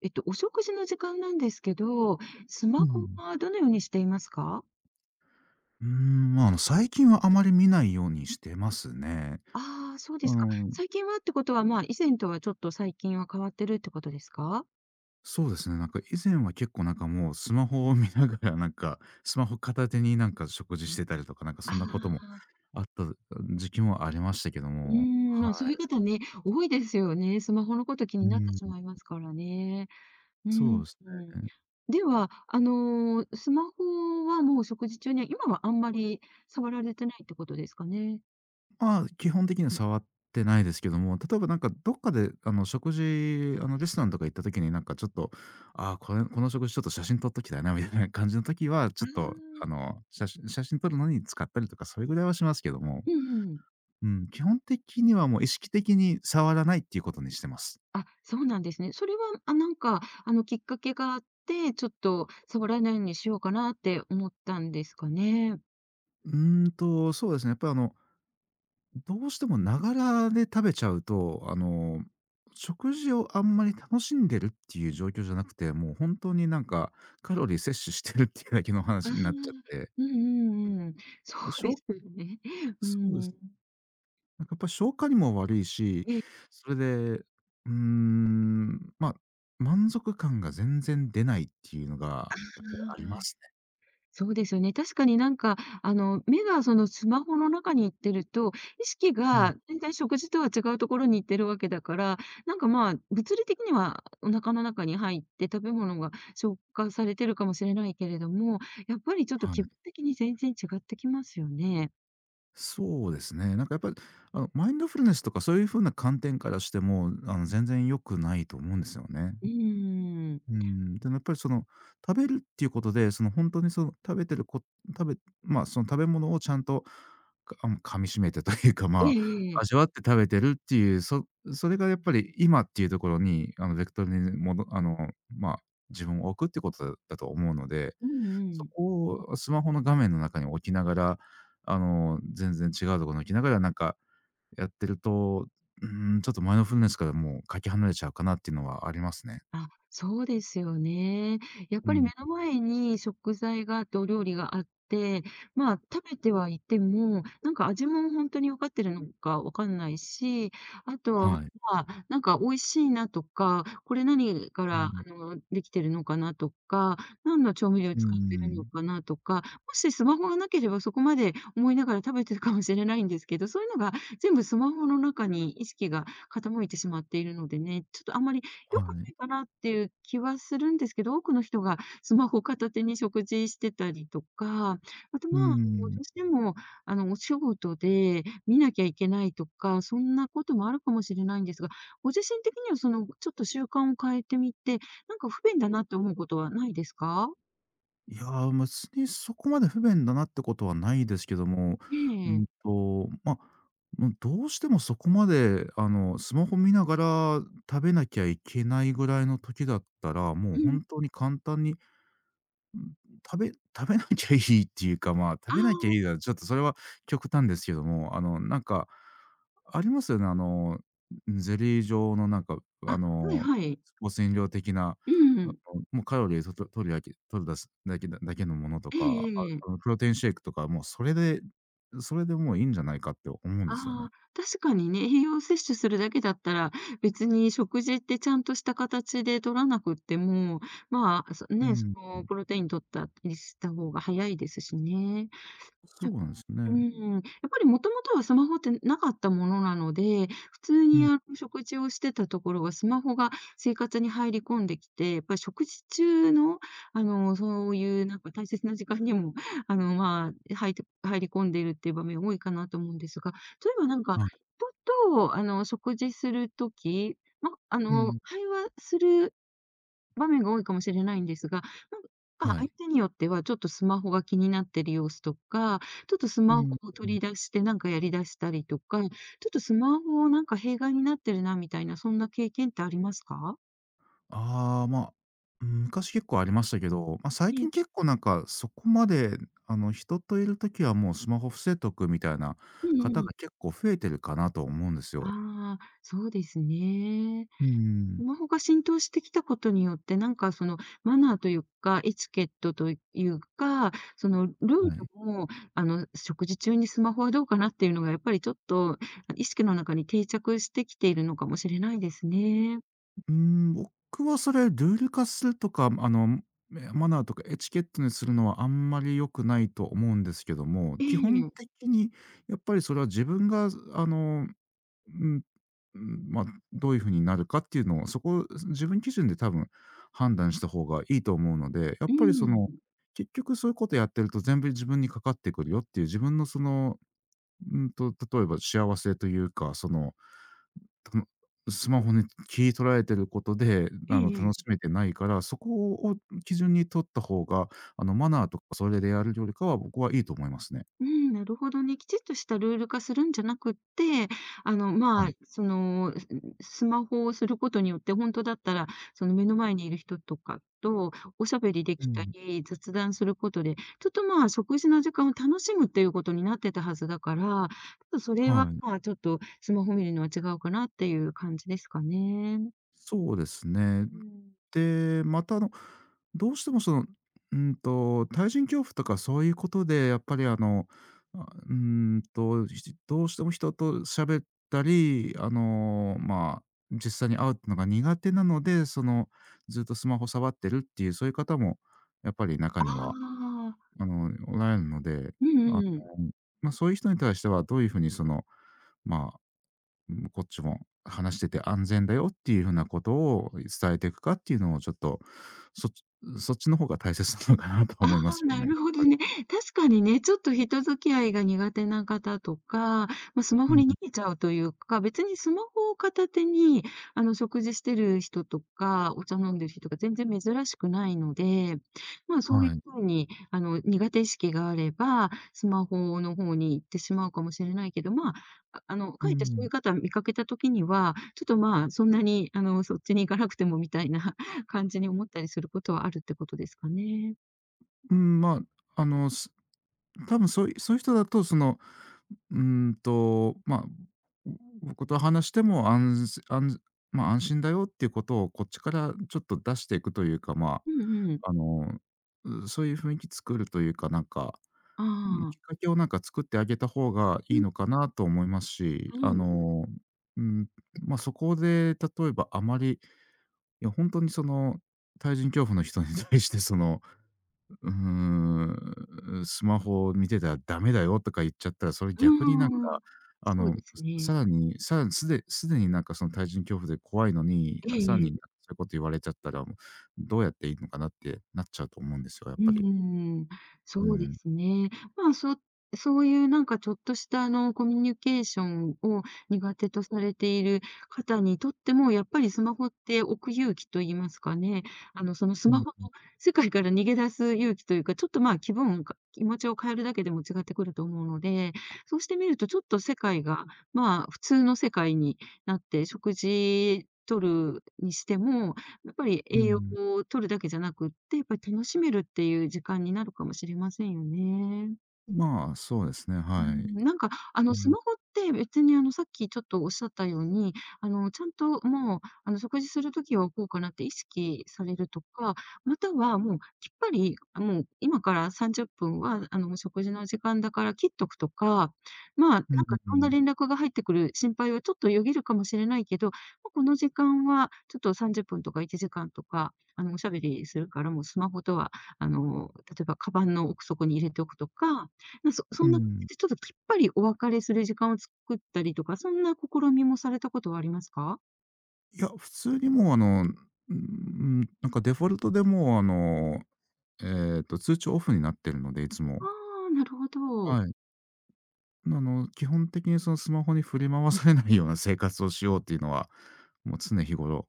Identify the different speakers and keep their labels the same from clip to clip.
Speaker 1: お食事の時間なんですけど、スマ
Speaker 2: う
Speaker 1: ホ
Speaker 2: ん。
Speaker 1: はどのようにしていますか？
Speaker 2: 最近はあまり見ないようにしてますね。
Speaker 1: ああー、そうで
Speaker 2: あ
Speaker 1: すか。
Speaker 2: の
Speaker 1: 最近はってことは、まあ、以前とはちょっと最近は変わってるってことですか？
Speaker 2: そうですね、以前は結構もうスマホを見ながらスマホ片手に食事してたりとか、なんかそんなことも
Speaker 1: ああ
Speaker 2: あった時期もありましたけど
Speaker 1: ー、うー
Speaker 2: も、
Speaker 1: ん、まあ、
Speaker 2: は
Speaker 1: そういう
Speaker 2: い。
Speaker 1: 方ね、多いですよね。スマホのこと気
Speaker 2: う
Speaker 1: になって
Speaker 2: ん、
Speaker 1: しまいますからね。う
Speaker 2: そ
Speaker 1: ん、
Speaker 2: うです
Speaker 1: うん。
Speaker 2: ね。
Speaker 1: では、スマホはもう食事中には今はあんまり触られてないってことですかね？
Speaker 2: ああ、基本的には触ってないですけども、例えばなんかどっかで食事、あのレストランとか行った時になんかちょっと、ああ、これこの食事ちょっと写真撮っときたいなみたいな感じの時は、ち
Speaker 1: あ
Speaker 2: ょっとあ
Speaker 1: あ、
Speaker 2: の写真撮るのに使ったりとか、それぐらいはしますけども、
Speaker 1: うんうん。
Speaker 2: うん、基本的にはもう意識的に触らないっていうことにしてます。
Speaker 1: あ、そうなんですね。それは、あ、なんか、きっかけがあって、ちょっと触らないようにしようかなって思ったんですかね。
Speaker 2: そうですね。やっぱりあのどうしてもながらで食べちゃうと、あの、食事をあんまり楽しんでるっていう状況じゃなくて、もう本当になんかカロリー摂取してるっていうだけの
Speaker 1: ああ、う
Speaker 2: 話になっちゃっ
Speaker 1: ん
Speaker 2: て、
Speaker 1: うんうん。そう
Speaker 2: し
Speaker 1: で
Speaker 2: ょ
Speaker 1: すよね。う
Speaker 2: そうです。
Speaker 1: ん。
Speaker 2: なんかやっぱ消化にも悪いし、
Speaker 1: ええ、
Speaker 2: それで、うーん、まあ、満足感が全然出ないっていうのがやっぱり
Speaker 1: あ
Speaker 2: あります
Speaker 1: あ。
Speaker 2: ね。
Speaker 1: そうですよね。確かになんか、目がそのスマホの中に行ってると、意識
Speaker 2: うん、
Speaker 1: が全然食事とは違うところに行ってるわけだから、なんかまあ、物理的にはお腹の中に入って食べ物が消化されてるかもしれないけれども、やっぱりちょっと
Speaker 2: は
Speaker 1: 気分
Speaker 2: い。
Speaker 1: 的に全然違ってきますよね。
Speaker 2: そうですね。なんかやっぱり、あの、マインドフルネスとかそういう風な観点からしても、あの、全然良くないと思うんですよね。
Speaker 1: うーん。
Speaker 2: うん、でもやっぱりその、食べるっていうことで、その本当にその食べてるこ食べまあ、その食べ物をちゃんと、かあの、噛み締めてというか、
Speaker 1: え
Speaker 2: まあ、
Speaker 1: ええ
Speaker 2: 味
Speaker 1: え。
Speaker 2: わって食べてるっていう、それがやっぱり今っていうところに、あの、ベクトルにもどあの、まあ、自分を置くってことだと思うので、
Speaker 1: うんう
Speaker 2: そ
Speaker 1: ん。
Speaker 2: こをスマホの画面の中に置きながら、あの、全然違うところに置きながらやってると、うん、ちょっとマインドフルネスからもうかけ離れちゃうかなっていうのはありますね。
Speaker 1: あ、そうですよね。やっ
Speaker 2: う
Speaker 1: ぱり
Speaker 2: ん。
Speaker 1: 目の前に食材があってお料理があって、まあ、食べてはいても、なんか味も本当に分かってるのか分かんないし、あとは、ま
Speaker 2: はい。
Speaker 1: あ、なんか美味しいなとか、これ何か
Speaker 2: う
Speaker 1: ら、
Speaker 2: ん、
Speaker 1: できてるのかなとか、何の調味料
Speaker 2: う
Speaker 1: 使ってるの
Speaker 2: ん、
Speaker 1: かなとか、もしスマホがなければそこまで思いながら食べてるかもしれないんですけど、そういうのが全部スマホの中に意識が傾いてしまっているのでね、ちょっとあんまり
Speaker 2: は
Speaker 1: 良くな
Speaker 2: い。
Speaker 1: いかなっていう気はするんですけど、多くの人がスマホ片手に食事してたりとか、あと、
Speaker 2: うー
Speaker 1: まあ、もう
Speaker 2: ん。
Speaker 1: どうしても、お仕事で見なきゃいけないとか、そんなこともあるかもしれないんですが、ご自身的にはその、ちょっと習慣を変えてみて、なんか不便だなって思うことはないですか？
Speaker 2: いや、別にそこまで不便だなってことはないですけども、
Speaker 1: え
Speaker 2: う
Speaker 1: え。
Speaker 2: んと、ま、もうどうしてもそこまで、あの、スマホ見ながら食べなきゃいけないぐらいの時だったら、もう
Speaker 1: う
Speaker 2: ほ
Speaker 1: ん。
Speaker 2: んとに簡単に食べ 食べなきゃいいっていうか、まあ、食
Speaker 1: あ
Speaker 2: べなきゃいいなら、ちょっとそれは極端ですけども、あの、なんか、ありますよね、あの、ゼリー状のなんか、
Speaker 1: あ、
Speaker 2: あ
Speaker 1: あ、はい
Speaker 2: の、
Speaker 1: はい。
Speaker 2: スポーツ飲料的な、
Speaker 1: う
Speaker 2: あの、
Speaker 1: ん。
Speaker 2: もうカロリーと取るだけ取るだすだけだだけのものと
Speaker 1: ええ
Speaker 2: か、
Speaker 1: ええ。
Speaker 2: あの、プロテインシェイクとか、もうそれでもういいんじゃないかって思うんですよね。
Speaker 1: ああ、確かにね、栄養摂取するだけだったら、別に食事ってちゃんとした形で取らなくっても、まあ、そ
Speaker 2: う
Speaker 1: ね、そ
Speaker 2: ん。
Speaker 1: のプロテイン取ったりした方が早いですしね。
Speaker 2: そうなんです
Speaker 1: う
Speaker 2: ね。
Speaker 1: ん、やっぱりもともとはスマホってなかったものなので、普通
Speaker 2: う
Speaker 1: に
Speaker 2: ん。
Speaker 1: あの食事をしてたところがスマホが生活に入り込んできて、やっぱり食事中の、そういうなんか大切な時間にも、まあ、入って入り込んでいるっていう場面多いかなと思うんですが、例えばなんか、
Speaker 2: はい。
Speaker 1: 人とあの、食事するときま、
Speaker 2: うん。
Speaker 1: 会話する場面が多いかもしれないんですが、なんか
Speaker 2: はい。
Speaker 1: 相手によっては、ちょっとスマホが気になってる様子とか、ちょっとス
Speaker 2: う
Speaker 1: マホ
Speaker 2: ん
Speaker 1: を
Speaker 2: う
Speaker 1: 取
Speaker 2: ん。
Speaker 1: り出してなんかやり出したりとか、ちょっとスマホをなんか弊害になってるなみたいな、そんな経験ってありますか？
Speaker 2: ああ、まあ、うん、昔結構ありましたけど、まあ、最
Speaker 1: ええ。
Speaker 2: 近結構なんかそこまで、あの、人といるときはもうスマホ伏せとくみたいな
Speaker 1: うんう
Speaker 2: 方
Speaker 1: ん。
Speaker 2: が結構増えてるかなと思うんですよ。
Speaker 1: ああ、そうですね。
Speaker 2: うー
Speaker 1: ス
Speaker 2: ん。
Speaker 1: マホが浸透してきたことによって、なんかそのマナーというか、エチケットというか、そのルー
Speaker 2: は
Speaker 1: ル
Speaker 2: い。
Speaker 1: も、食事中にスマホはどうかなっていうのがやっぱりちょっと意識の中に定着してきているのかもしれないですね。
Speaker 2: うん、僕はそれルール化するとか、あの、え、マナーとかエチケットにするのはあんまり良くないと思うんですけども、
Speaker 1: え
Speaker 2: 基
Speaker 1: え、
Speaker 2: 本
Speaker 1: う
Speaker 2: 的にやっぱりそれは自分が、あの、うんうん、まあ、どういう風になるかっていうのを、そこ、自分基準で多分判断した方がいいと思うので、やっぱりその、
Speaker 1: ん、
Speaker 2: 結局そういうことやってると全部自分にかかってくるよっていう、自分のその、例えば幸せというか、その、たのスマホに切り取られてることで、
Speaker 1: え
Speaker 2: あの、
Speaker 1: ええ
Speaker 2: 楽し
Speaker 1: え。
Speaker 2: めてないから、そこを基準に取った方が、あの、マナーとかそれでやるよりかは、僕はいいと思いますね。
Speaker 1: うん、なるほどね。きちっとしたルール化するんじゃなくって、
Speaker 2: は
Speaker 1: ま
Speaker 2: い。
Speaker 1: あ、その、マホをすることによって、本当だったら、その目の前にいる人とかとおしゃべりで
Speaker 2: う
Speaker 1: きた
Speaker 2: ん。
Speaker 1: り、雑談することで、ちょっと、まあ、食事の時間を楽しむっていうことになってたはずだから、ちょっとそれは、
Speaker 2: はい。
Speaker 1: まあ、ちょっとスマホ見るのは違うかなっていう感じですかね。
Speaker 2: そうですね。
Speaker 1: うん。
Speaker 2: で、またあの、どうしてもその、対人恐怖とかそういうことで、やっぱりあの、どうしても人と喋ったり、あの、まあ、実際に会うってのが苦手なので、その、ずっとスマホ触ってるっていう、そういう方もやっぱり中
Speaker 1: あ
Speaker 2: には、
Speaker 1: あ、
Speaker 2: あの、おられるので、
Speaker 1: うんう
Speaker 2: あの、
Speaker 1: んうん。
Speaker 2: まあ、そういう人に対してはどういうふうにその、まあうん、こっちも話してて安全だよっていうふうなことを伝えていくかっていうのをちょっと、そっちそっちの方が大切なのかなと
Speaker 1: あ
Speaker 2: 思います
Speaker 1: あ、
Speaker 2: よね。
Speaker 1: なるほど
Speaker 2: はい。
Speaker 1: ね。確かにね、ちょっと人付き合いが苦手な方とか、ま、スマ
Speaker 2: う
Speaker 1: ホ
Speaker 2: ん、
Speaker 1: に逃げちゃうというか、別にスマホを片手に、食事してる人とか、お茶飲んでる人が全然珍しくないので、ま、そういう
Speaker 2: はい。
Speaker 1: 風に、苦手意識があれば、スマホの方に行ってしまうかもしれないけど、ま、あ
Speaker 2: う
Speaker 1: かえってそうい
Speaker 2: ん。
Speaker 1: う方見かけた時には、ちょっと、ま、そんなに、そっちに行かなくてもみたいな感じに思ったりすることはあるってことですかね。
Speaker 2: うん、まあ、あの、多分そういう人だとその、うーまあ、僕と話してもまあ安心だよっていうことをこっちからちょっと出していくというか、ま
Speaker 1: うんうん。
Speaker 2: あ、あの、そういう雰囲気作るというか、なんかうん、
Speaker 1: あ
Speaker 2: き
Speaker 1: あ。
Speaker 2: っかけをなんか作ってあげた方が
Speaker 1: う
Speaker 2: いい
Speaker 1: ん
Speaker 2: のかなと思いますし、
Speaker 1: う
Speaker 2: あ
Speaker 1: ん。
Speaker 2: の、うん、ま、そこで例えばあまり、いや本当にその、対人恐怖の人に 対してその、うーん、スマホを見てたらダメだよとか言っちゃったら、それ
Speaker 1: う
Speaker 2: 逆になんか、
Speaker 1: ーん。
Speaker 2: あ
Speaker 1: そう
Speaker 2: の、
Speaker 1: ですね。
Speaker 2: さらにすでになんかその対人恐怖で怖いのに、さら
Speaker 1: え
Speaker 2: に
Speaker 1: え
Speaker 2: そ
Speaker 1: え
Speaker 2: ういうこと言われちゃったら、どうやっていいのかなってなっちゃうと思うんですよ、やっ
Speaker 1: うー
Speaker 2: ぱり。
Speaker 1: ん、
Speaker 2: う
Speaker 1: そうで
Speaker 2: ん。
Speaker 1: すね。まあ、そそういうなんかちょっとしたあのコミュニケーションを苦手とされている方にとっても、やっぱりスマホって置く勇気と言いますかね、あのその
Speaker 2: う
Speaker 1: スマ
Speaker 2: ん、
Speaker 1: ホの世界から逃げ出す勇気というか、ちょっとまあ気分が気持ちを変えるだけでも違ってくると思うので、そうしてみるとちょっと世界がまあ普通の世界になって、食事取るにしても、やっぱり
Speaker 2: う
Speaker 1: 栄養
Speaker 2: ん。
Speaker 1: を取るだけじゃなくって、やっぱり楽しめるっていう時間になるかもしれませんよね。
Speaker 2: まあ、そうですね、
Speaker 1: う
Speaker 2: はい。
Speaker 1: ん、なんか、
Speaker 2: う
Speaker 1: ス
Speaker 2: ん、
Speaker 1: マホって別に、さっきちょっとおっしゃったように、ちゃんともう、食事するときは置こうかなって意識されるとか、またはもうきっぱり、あ、もう今から30分は、食事の時間だから切っとくとか、まあ、なん
Speaker 2: うんう
Speaker 1: か
Speaker 2: んう
Speaker 1: いんな連
Speaker 2: ん。
Speaker 1: 絡が入ってくる心配はちょっとよぎるかもしれないけど、もうこの時間はちょっと30分とか1時間とか、おしゃべりするからもうスマホとは、例えばカバンの奥底に入れておくとかま、そ
Speaker 2: う
Speaker 1: そんな感じ
Speaker 2: ん
Speaker 1: で、ちょっときっぱりお別れする時間を作ったりとか、そんな試みもされたことはありますか？
Speaker 2: いや、普通にもうあの、うん、なんかデフォルトでもうあの、通知オフになってるので、いつ
Speaker 1: あ
Speaker 2: も。
Speaker 1: あ、なるほど。
Speaker 2: はい。あの、基本的にそのスマホに振り回されないような生活をしようっていうのは、もう常日頃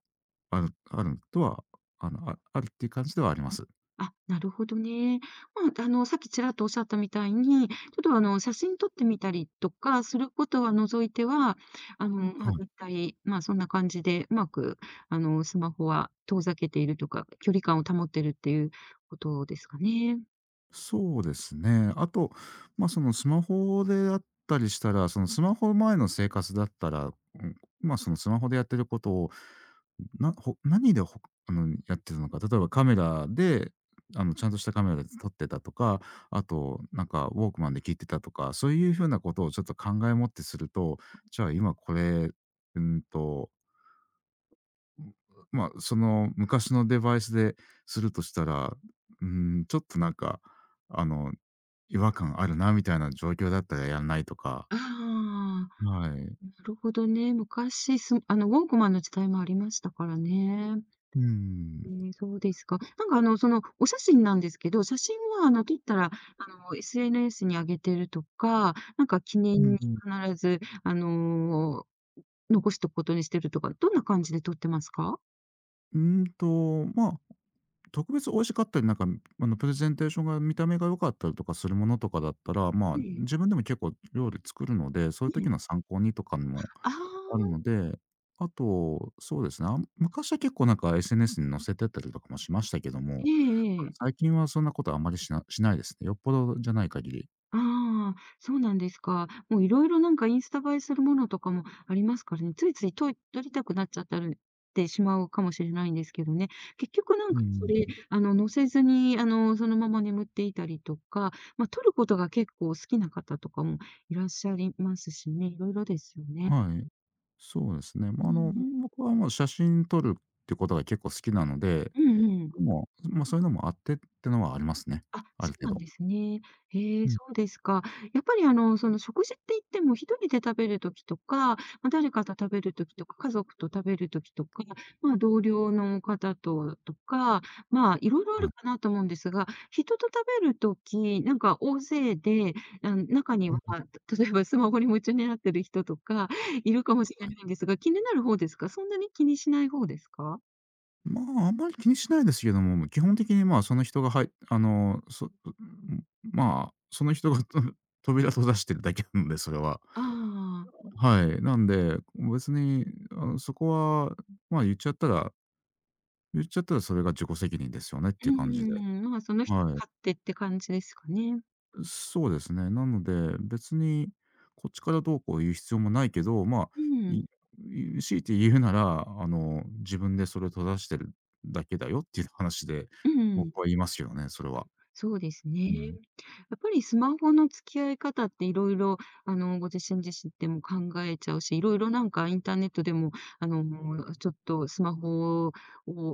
Speaker 2: あるあるとは、あの、ああるっていう感じではあります。
Speaker 1: あ、なるほどね。まあ、さっきちらっとおっしゃったみたいに、ちょっと、写真撮ってみたりとかすることは除いては、
Speaker 2: は
Speaker 1: まあ、
Speaker 2: い。
Speaker 1: だいたい、まあ、そんな感じでうまく、スマホは遠ざけているとか、距離感を保ってるっていうことですかね。
Speaker 2: そうですね。あと、まあ、そのスマホであったりしたら、そのスマホ前の生活だったら、うん、まあ、そのスマホでやってることを、なほ何でほあの、やってるのか、例えばカメラで、あの、ちゃんとしたカメラで撮ってたとか、あと、なんかウォークマンで聞いてたとか、そういうふうなことをちょっと考えもってすると、じゃあ今これ、うんと、まあ、その昔のデバイスでするとしたら、うん、ちょっとなんか、あの、違和感あるなみたいな状況だったらやんないとか、
Speaker 1: ああ、
Speaker 2: はい。
Speaker 1: なるほどね。昔、すウォークマンの時代もありましたからね。
Speaker 2: う
Speaker 1: え
Speaker 2: ん。
Speaker 1: ーそうですか。なんかあの、その、お写真なんですけど、写真はあの、撮ったら、SNS に上げてるとか、なんか記
Speaker 2: う
Speaker 1: 念
Speaker 2: ん
Speaker 1: に
Speaker 2: うん。
Speaker 1: 必ず、残しとくことにしてるとか、どんな感じで撮ってますか？
Speaker 2: うんと、まあ、特別美味しかったり、なんか、あの、プレゼンテーションが見た目が良かったりとかするものとかだったら、まあ、
Speaker 1: ええ、
Speaker 2: 自分でも結構料理作るので、そういう
Speaker 1: ええ。
Speaker 2: 時の参考にとかも
Speaker 1: ああ、
Speaker 2: あるので、あと、そうですね、昔は結構なんか SNS に載せてたりとかもしましたけども、
Speaker 1: ええええ。
Speaker 2: 最近はそんなことあまりしないですね。よっぽどじゃない限り。
Speaker 1: ああ、そうなんですか。もういろいろなんかインスタ映えするものとかもありますからね、ついついと撮りたくなっちゃったりしてしまうかもしれないんですけどね。結局なん
Speaker 2: う
Speaker 1: かそれ、
Speaker 2: ん。
Speaker 1: 載せずに、そのまま眠っていたりとか、ま、撮ることが結構好きな方とかもいらっしゃりますしね、いろいろですよね。
Speaker 2: はい。そうですね。ま
Speaker 1: う
Speaker 2: あ、あの、
Speaker 1: ん。
Speaker 2: 僕はもう写真撮るってことが結構好きなので、
Speaker 1: うんうん。
Speaker 2: もう、まあ、そういうのもあってってのはありますね。
Speaker 1: あ、
Speaker 2: ある
Speaker 1: そう
Speaker 2: 程
Speaker 1: なん
Speaker 2: 度。
Speaker 1: ですね。へえ、
Speaker 2: うん。
Speaker 1: そうですか。やっぱりその食事って言っても、一人で食べるときとか、まあ、誰かと食べるときとか、家族と食べるときとか、まあ、同僚の方ととか、まあ、いろいろあ
Speaker 2: は
Speaker 1: る
Speaker 2: い。
Speaker 1: かなと思うんですが、人と食べるときなんか大勢で、中に
Speaker 2: う
Speaker 1: は、
Speaker 2: ん。
Speaker 1: 例えばスマホに夢中になってる人とかいるかもし
Speaker 2: は
Speaker 1: れ
Speaker 2: い。
Speaker 1: ないんですが、気になる方ですか？そんなに気にしない方ですか？
Speaker 2: まあ、あんまり気にしないですけども、基本的に、まあ、その人がはいあの、そまあ、その人が 扉閉ざしてるだけなので、それは。
Speaker 1: ああ、
Speaker 2: はい。なんで、別に、あの、そこは、まあ、言っちゃったらそれが自己責任ですよねっ
Speaker 1: う
Speaker 2: て
Speaker 1: ん
Speaker 2: いう感じ
Speaker 1: う
Speaker 2: で。
Speaker 1: んうん。まあ、その人に
Speaker 2: はい。
Speaker 1: 勝手って感じですかね。
Speaker 2: そうですね。なので、別にこっちからどうこう言う必要もないけど、まあ、
Speaker 1: う
Speaker 2: い
Speaker 1: ん、
Speaker 2: 強いて言うなら、あの、自分でそれを正してるだけだよっていう話で、
Speaker 1: う
Speaker 2: 僕
Speaker 1: ん、
Speaker 2: は言いますけどね、それは。
Speaker 1: そうです
Speaker 2: う
Speaker 1: ね。
Speaker 2: ん。
Speaker 1: やっぱりスマホの付き合い方っていろいろご自身でも考えちゃうし、いろいろなんかインターネットでも、あの、ちょっとスマホを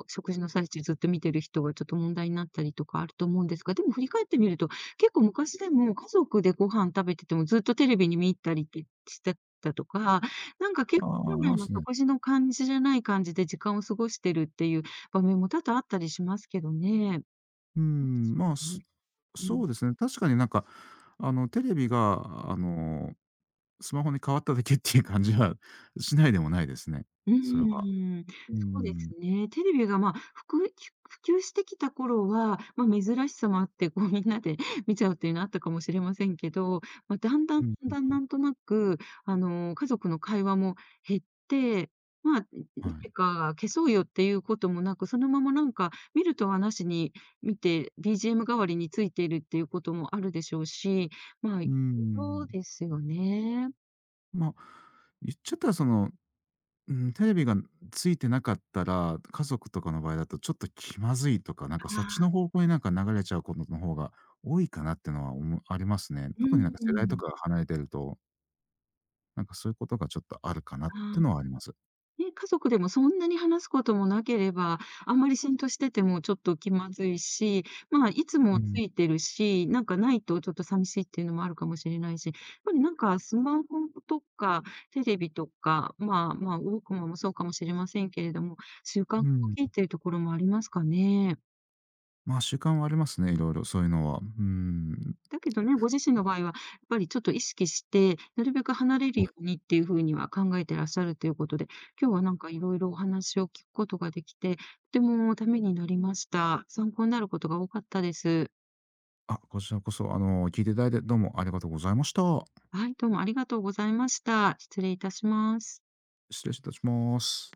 Speaker 1: 食事の最中ずっと見てる人がちょっと問題になったりとかあると思うんですが、でも振り返ってみると、結構昔でも家族でご飯食べててもずっとテレビに見入ったりってしてたとか、なんか結
Speaker 2: あ
Speaker 1: 構
Speaker 2: あ、あ
Speaker 1: 本
Speaker 2: り
Speaker 1: 来
Speaker 2: ま
Speaker 1: の
Speaker 2: すね。
Speaker 1: 食事の感じじゃない感じで時間を過ごしてるっていう場面も多々あったりしますけどね。
Speaker 2: う
Speaker 1: そうでし
Speaker 2: ん、
Speaker 1: ょ
Speaker 2: まあ、
Speaker 1: うね。う
Speaker 2: そ
Speaker 1: ん。
Speaker 2: うですね。確かになんか、あの、テレビが、あの、スマホに変わっただけっていう感じはしないでもないですね、
Speaker 1: うー
Speaker 2: それは。
Speaker 1: ん、
Speaker 2: う
Speaker 1: そうで
Speaker 2: ん。
Speaker 1: すね。テレビが、まあ、普及してきた頃は、まあ、珍しさもあって、こうみんなで 見ちゃうっていうのあったかもしれませんけど、まあ、だんだん
Speaker 2: う
Speaker 1: だん
Speaker 2: ん、
Speaker 1: だんなんとなく、家族の会話も減って、まあ、
Speaker 2: はい。
Speaker 1: てか、消そうよっていうこともなく、そのままなんか見るとはなしに見て、BGM 代わりについているっていうこともあるでしょうし、まあ、
Speaker 2: う
Speaker 1: 色
Speaker 2: ん。
Speaker 1: 々ですよね。
Speaker 2: まあ、言っちゃったらそのうん、テレビがついてなかったら、家族とかの場合だとちょっと気まずいとか、なんか
Speaker 1: あ
Speaker 2: そっちの
Speaker 1: あ。
Speaker 2: 方向になんか流れちゃうことの方が多いかなってのはありますね。
Speaker 1: う
Speaker 2: 特になんか世代と
Speaker 1: ん。
Speaker 2: かが離れてると、なんかそういうことがちょっとあるかなっ
Speaker 1: あ
Speaker 2: て
Speaker 1: あ、
Speaker 2: のはあります。
Speaker 1: ね、家族でもそんなに話すこともなければ、あんまり浸透しててもちょっと気まずいし、まあ、いつ
Speaker 2: う
Speaker 1: もつ
Speaker 2: ん。
Speaker 1: いてるし、なんかないとちょっと寂しいっていうのもあるかもしれないし、やっぱりなんかスマホとかテレビとか、まあまあ、ウォークマンもそうかもしれませんけれども、習慣化を
Speaker 2: うん。
Speaker 1: きいてるところもありますかね？
Speaker 2: まあ、習慣はありますね、いろいろそういうのは。うん。
Speaker 1: だけどね、ご自身の場合は、やっぱりちょっと意識して、なるべく離れるようにっていうふうには考えてらっしゃるということで、今日はなんかいろいろお話を聞くことができて、とてもためになりました。参考になることが多かったです。
Speaker 2: あ、こちらこそ、あの、聞いていただいてどうもありがとうございました。
Speaker 1: はい、どうもありがとうございました。失礼いたします。
Speaker 2: 失礼いたします。